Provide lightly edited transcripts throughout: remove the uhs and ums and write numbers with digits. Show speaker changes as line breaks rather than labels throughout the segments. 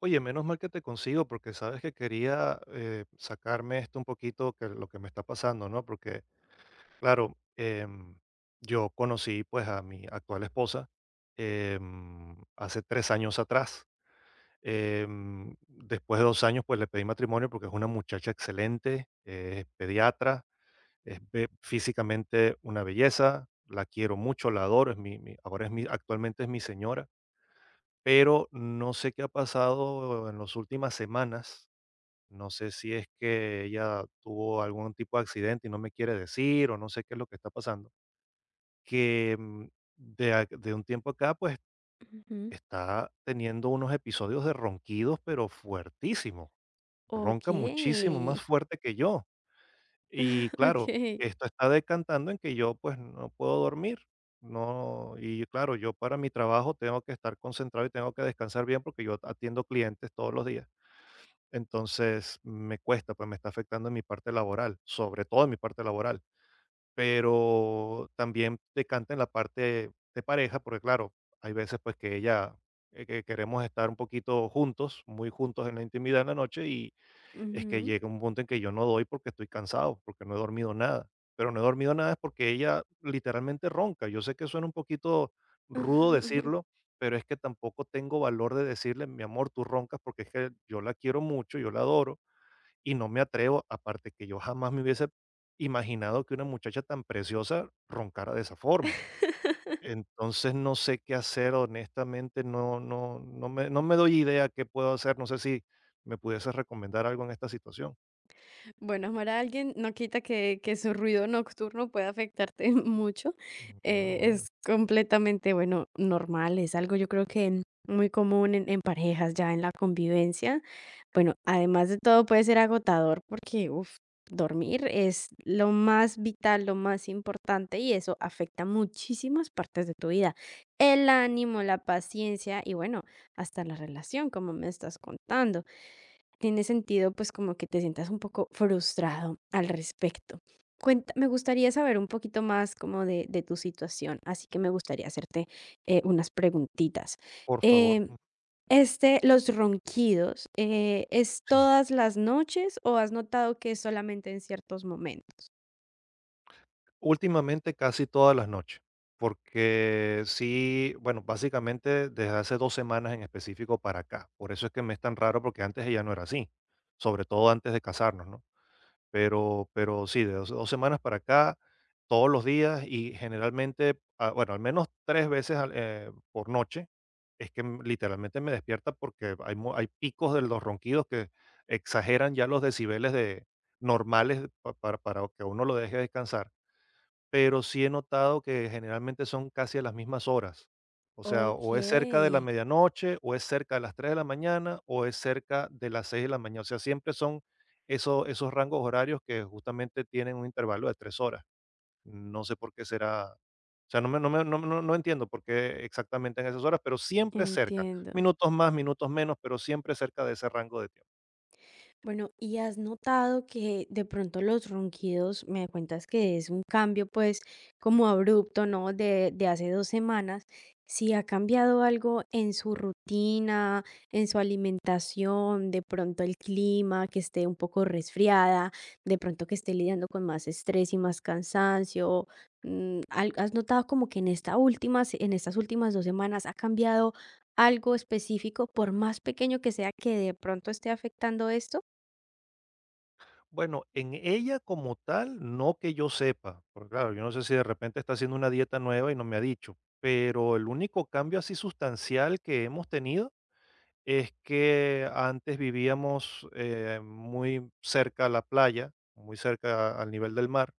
Oye, menos mal que te consigo porque sabes que quería sacarme esto un poquito, que lo que me está pasando, ¿no? Porque, claro, yo conocí pues a mi actual esposa hace 3 años atrás. Después de 2 años pues le pedí matrimonio porque es una muchacha excelente, es pediatra, es físicamente una belleza, la quiero mucho, la adoro, es ahora es mi, actualmente es mi señora, pero no sé qué ha pasado en las últimas semanas. No sé si es que ella tuvo algún tipo de accidente y no me quiere decir o no sé qué es lo que está pasando, que de un tiempo acá pues
Ujú.
está teniendo unos episodios de ronquidos pero fuertísimos, ronca muchísimo más
Okey.
fuerte que yo. Y claro,
Okey.
esto está decantando en que yo pues no puedo dormir. No, y claro, yo para mi trabajo tengo que estar concentrado y tengo que descansar bien porque yo atiendo clientes todos los días, entonces me cuesta, pues me está afectando en mi parte laboral, sobre todo en mi parte laboral, pero también te canta en la parte de pareja, porque claro, hay veces pues que ella, que queremos estar un poquito juntos, muy juntos en la intimidad en la noche, y es que
Ujú.
llega un punto en que yo no doy porque estoy cansado, porque no he dormido nada, pero no he dormido nada es porque ella literalmente ronca. Yo sé que suena un poquito rudo decirlo, pero es que tampoco tengo valor de decirle, mi amor, tú roncas, porque es que yo la quiero mucho, yo la adoro y no me atrevo, aparte que yo jamás me hubiese imaginado que una muchacha tan preciosa roncara de esa forma. Entonces no sé qué hacer, honestamente, no me doy idea qué puedo hacer, no sé si me pudiese recomendar algo en esta situación.
Bueno, amar a alguien no quita que su ruido nocturno pueda afectarte mucho.
Ah, bueno,
Es completamente, bueno, normal, es algo yo creo que muy común en parejas, ya en la convivencia. Bueno, además de todo puede ser agotador porque, uf, dormir es lo más vital, lo más importante y eso afecta muchísimas partes de tu vida. El ánimo, la paciencia y bueno, hasta la relación, como me estás contando. Tiene sentido, pues, como que te sientas un poco frustrado al respecto. Cuenta me gustaría saber un poquito más como de tu situación, así que me gustaría hacerte, unas preguntitas.
por favor.
Em,
Mm.
este, los ronquidos, es
Sí.
todas las noches o has notado que es solamente en ciertos momentos?
Últimamente casi todas las noches, porque sí, bueno, básicamente desde hace 2 semanas en específico para acá, por eso es que me es tan raro, porque antes ella no era así, sobre todo antes de casarnos, ¿no? Pero sí, de dos semanas para acá, todos los días y generalmente, ah, bueno, al menos 3 veces al por noche, es que, literalmente me despierta porque hay picos de los ronquidos que exageran ya los decibeles de normales pa para que uno lo deje descansar. Pero sí he notado que generalmente son casi a las mismas horas. O sea, o es cerca de la
Okey,
medianoche, o es cerca de las 3 de la mañana, o es cerca de las 6 de la mañana. O sea, siempre son esos rangos horarios que justamente tienen un intervalo de 3 horas. No sé por qué será. O sea, no me no me no no no entiendo por qué exactamente en esas horas, pero siempre cerca.
entiendo.
Minutos más, minutos menos, pero siempre cerca de ese rango de tiempo.
Bueno, ¿y has notado que de pronto los ronquidos, me cuentas que es un cambio pues como abrupto? ¿No? De hace dos semanas, si ha cambiado algo en su rutina, en su alimentación, de pronto el clima, que esté un poco resfriada, de pronto que esté lidiando con más estrés y más cansancio. ¿Has notado como que en esta última, en estas últimas dos semanas ha cambiado algo específico, por más pequeño que sea, que de pronto esté afectando esto?
Bueno, en ella como tal, no que yo sepa, porque claro, yo no sé si de repente está haciendo una dieta nueva y no me ha dicho, pero el único cambio así sustancial que hemos tenido es que antes vivíamos muy cerca a la playa, muy cerca al nivel del mar,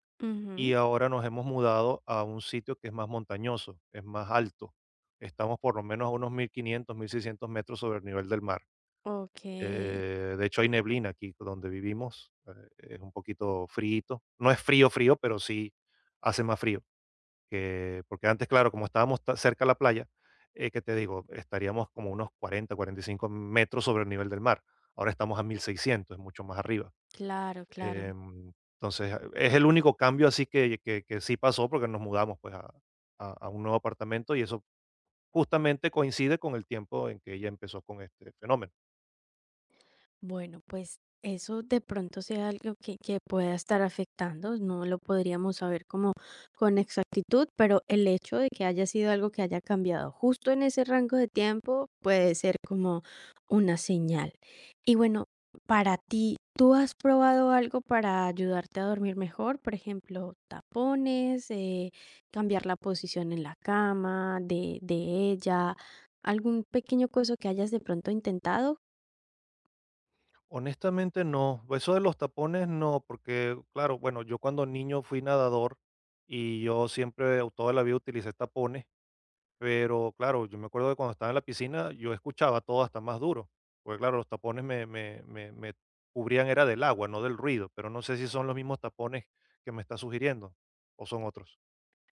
y
Ujú.
ahora nos hemos mudado a un sitio que es más montañoso, es más alto. Estamos por lo menos a unos 1.500, 1.600 metros sobre el nivel del mar.
Ok,
De hecho, hay neblina aquí donde vivimos, es un poquito friito. No es frío, frío, pero sí hace más frío. Porque antes, claro, como estábamos cerca a la playa, que te digo, estaríamos como unos 40, 45 metros sobre el nivel del mar. Ahora estamos a 1.600, es mucho más arriba.
claro, claro.
Entonces, es el único cambio así que, que sí pasó porque nos mudamos pues a, a un nuevo apartamento, y eso justamente coincide con el tiempo en que ella empezó con este fenómeno.
Bueno, pues eso de pronto sea algo que pueda estar afectando, no lo podríamos saber como con exactitud, pero el hecho de que haya sido algo que haya cambiado justo en ese rango de tiempo puede ser como una señal. Y bueno, para ti, ¿tú has probado algo para ayudarte a dormir mejor? Por ejemplo, tapones, cambiar la posición en la cama de ella, algún pequeño cosa que hayas de pronto intentado.
Honestamente no, eso de los tapones no, porque claro, bueno, yo cuando niño fui nadador y yo siempre o toda la vida utilicé tapones, pero claro, yo me acuerdo que cuando estaba en la piscina yo escuchaba todo hasta más duro, porque claro, los tapones me cubrían era del agua, no del ruido, pero no sé si son los mismos tapones que me está sugiriendo o son otros.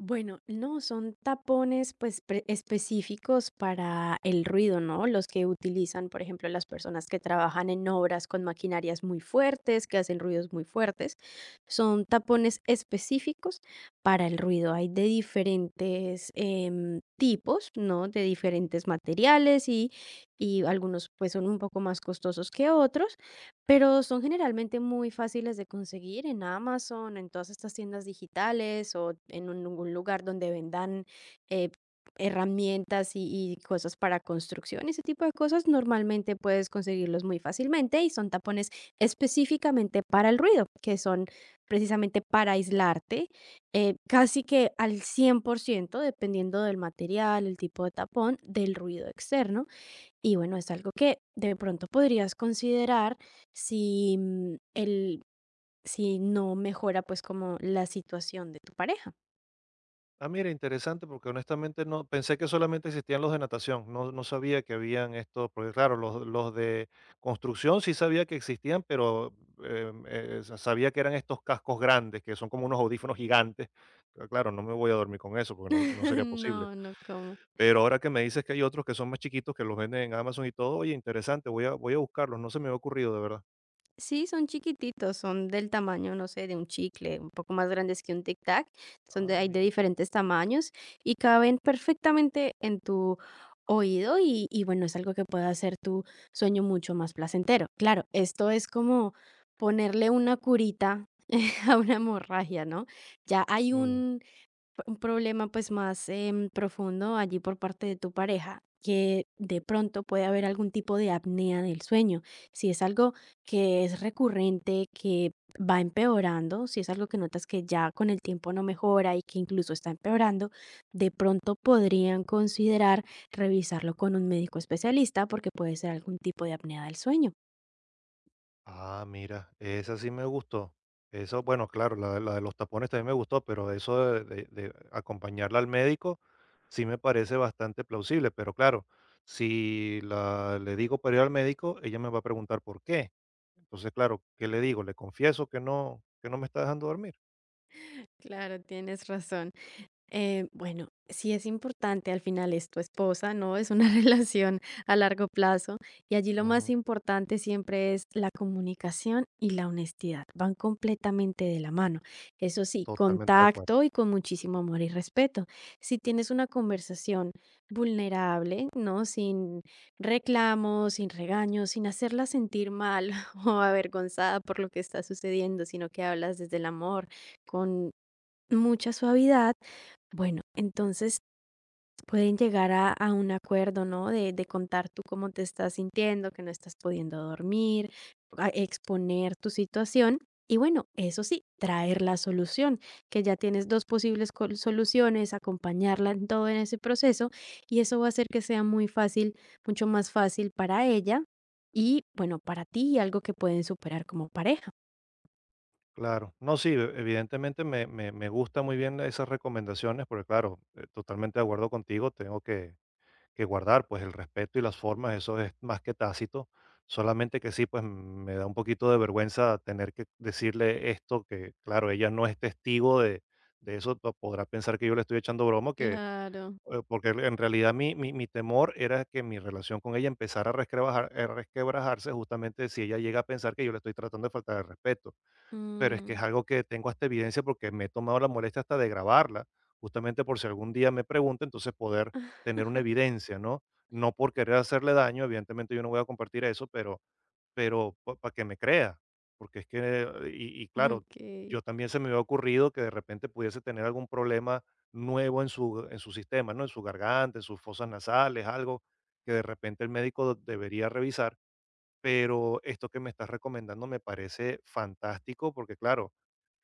Bueno, no, son tapones pues específicos para el ruido, ¿no? Los que utilizan, por ejemplo, las personas que trabajan en obras con maquinarias muy fuertes, que hacen ruidos muy fuertes, son tapones específicos para el ruido. Hay de diferentes tipos, ¿no? De diferentes materiales y algunos pues son un poco más costosos que otros. Pero son generalmente muy fáciles de conseguir en Amazon, en todas estas tiendas digitales o en algún lugar donde vendan eh, herramientas y cosas para construcción. Ese tipo de cosas normalmente puedes conseguirlos muy fácilmente y son tapones específicamente para el ruido, que son precisamente para aislarte, casi que al 100%, dependiendo del material, el tipo de tapón, del ruido externo. Y bueno, es algo que de pronto podrías considerar si mm, el si no mejora pues como la situación de tu pareja.
Ah, mira, interesante, porque honestamente no pensé que solamente existían los de natación, no, no sabía que habían estos, porque claro, los de construcción sí sabía que existían, pero sabía que eran estos cascos grandes, que son como unos audífonos gigantes. Pero claro, no me voy a dormir con eso, porque no, no sería posible.
No, no como.
Pero ahora que me dices que hay otros que son más chiquitos, que los venden en Amazon y todo, oye, interesante, voy a buscarlos, no se me había ocurrido, de verdad.
Sí, son chiquititos, son del tamaño, no sé, de un chicle, un poco más grandes que un tic tac. Son de,
Ah,
hay de
mira.
diferentes tamaños y caben perfectamente en tu oído y bueno, es algo que puede hacer tu sueño mucho más placentero. Claro, esto es como ponerle una curita a una hemorragia, ¿no? Ya hay
Mm.
un problema pues más profundo allí por parte de tu pareja, que de pronto puede haber algún tipo de apnea del sueño. Si es algo que es recurrente, que va empeorando, si es algo que notas que ya con el tiempo no mejora y que incluso está empeorando, de pronto podrían considerar revisarlo con un médico especialista porque puede ser algún tipo de apnea del sueño.
Ah, mira, esa sí me gustó. Eso, bueno, claro, de la de los tapones también me gustó, pero eso de acompañarla al médico sí me parece bastante plausible. Pero claro, si le digo para ir al médico, ella me va a preguntar por qué. Entonces, claro, ¿qué le digo? Le confieso que no me está dejando dormir.
Claro, tienes razón. Bueno, sí es importante, al final es tu esposa, ¿no? Es una relación a largo plazo y allí lo más
Ujú.
importante siempre es la comunicación y la honestidad, van completamente de la mano. Eso sí,
Totalmente de acuerdo.
contacto y con muchísimo amor y respeto. Si tienes una conversación vulnerable, ¿no? Sin reclamos, sin regaños, sin hacerla sentir mal o avergonzada por lo que está sucediendo, sino que hablas desde el amor, con mucha suavidad bueno, entonces pueden llegar a un acuerdo, ¿no? De contar tú cómo te estás sintiendo, que no estás pudiendo dormir, a exponer tu situación. Y bueno, eso sí, traer la solución, que ya tienes dos posibles soluciones, acompañarla en todo en ese proceso y eso va a hacer que sea muy fácil, mucho más fácil para ella y bueno, para ti y algo que pueden superar como pareja.
Claro. No, sí, evidentemente me gusta muy bien esas recomendaciones, porque claro, totalmente de acuerdo contigo, tengo que guardar, pues el respeto y las formas, eso es más que tácito, solamente que sí, pues me da un poquito de vergüenza tener que decirle esto, que claro, ella no es testigo de eso, podrá pensar que yo le estoy echando broma, que,
Claro.
porque en realidad mi temor era que mi relación con ella empezara a a resquebrajarse justamente si ella llega a pensar que yo le estoy tratando de faltar de respeto. Pero es que es
Mm,
algo que tengo hasta evidencia porque me he tomado la molestia hasta de grabarla, justamente por si algún día me pregunta, entonces poder tener una evidencia, ¿no? No por querer hacerle daño, evidentemente yo no voy a compartir eso, pero para que me crea, porque es que, y claro,
ok.
yo también se me había ocurrido que de repente pudiese tener algún problema nuevo en en su sistema, ¿no? En su garganta, en sus fosas nasales, algo que de repente el médico debería revisar, pero esto que me estás recomendando me parece fantástico porque, claro,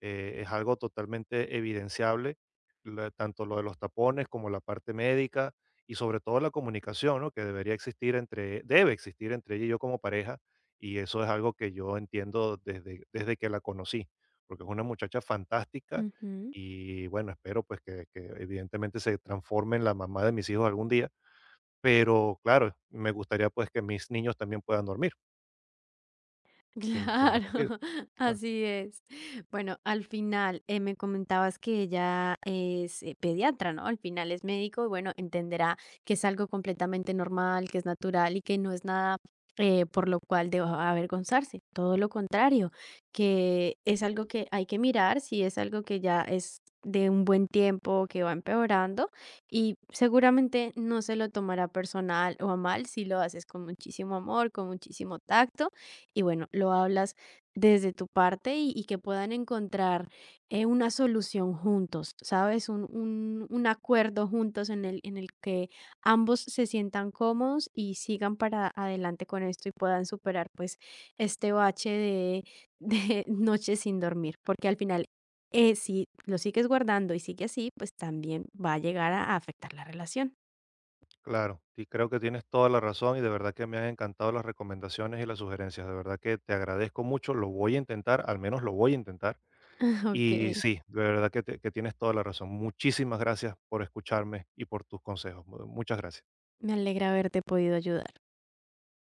es algo totalmente evidenciable, tanto lo de los tapones como la parte médica y sobre todo la comunicación, ¿no? Que debería existir debe existir entre ella y yo como pareja, y eso es algo que yo entiendo desde que la conocí, porque es una muchacha fantástica
Ujú.
y bueno, espero pues que evidentemente se transforme en la mamá de mis hijos algún día, pero claro, me gustaría pues que mis niños también puedan dormir. Sin los
Claro,
ronquidos, claro.
así es. Bueno, al final me comentabas que ella es pediatra, ¿no? Al final es médico y bueno, entenderá que es algo completamente normal, que es natural y que no es nada por lo cual deba avergonzarse. Todo lo contrario, que es algo que hay que mirar si es algo que ya es de un buen tiempo, que va empeorando y seguramente no se lo tomará personal o a mal si lo haces con muchísimo amor, con muchísimo tacto y bueno, lo hablas desde tu parte y que puedan encontrar una solución juntos, ¿sabes? Un acuerdo juntos en el que ambos se sientan cómodos y sigan para adelante con esto y puedan superar pues este bache de noches sin dormir, porque al final... si lo sigues guardando y sigue así, pues también va a llegar a afectar la relación.
Claro, y creo que tienes toda la razón y de verdad que me han encantado las recomendaciones y las sugerencias. De verdad que te agradezco mucho, lo voy a intentar, al menos lo voy a intentar. Y
Ok,
sí, de verdad que tienes toda la razón. Muchísimas gracias por escucharme y por tus consejos. Mu Muchas gracias.
me alegra haberte podido ayudar.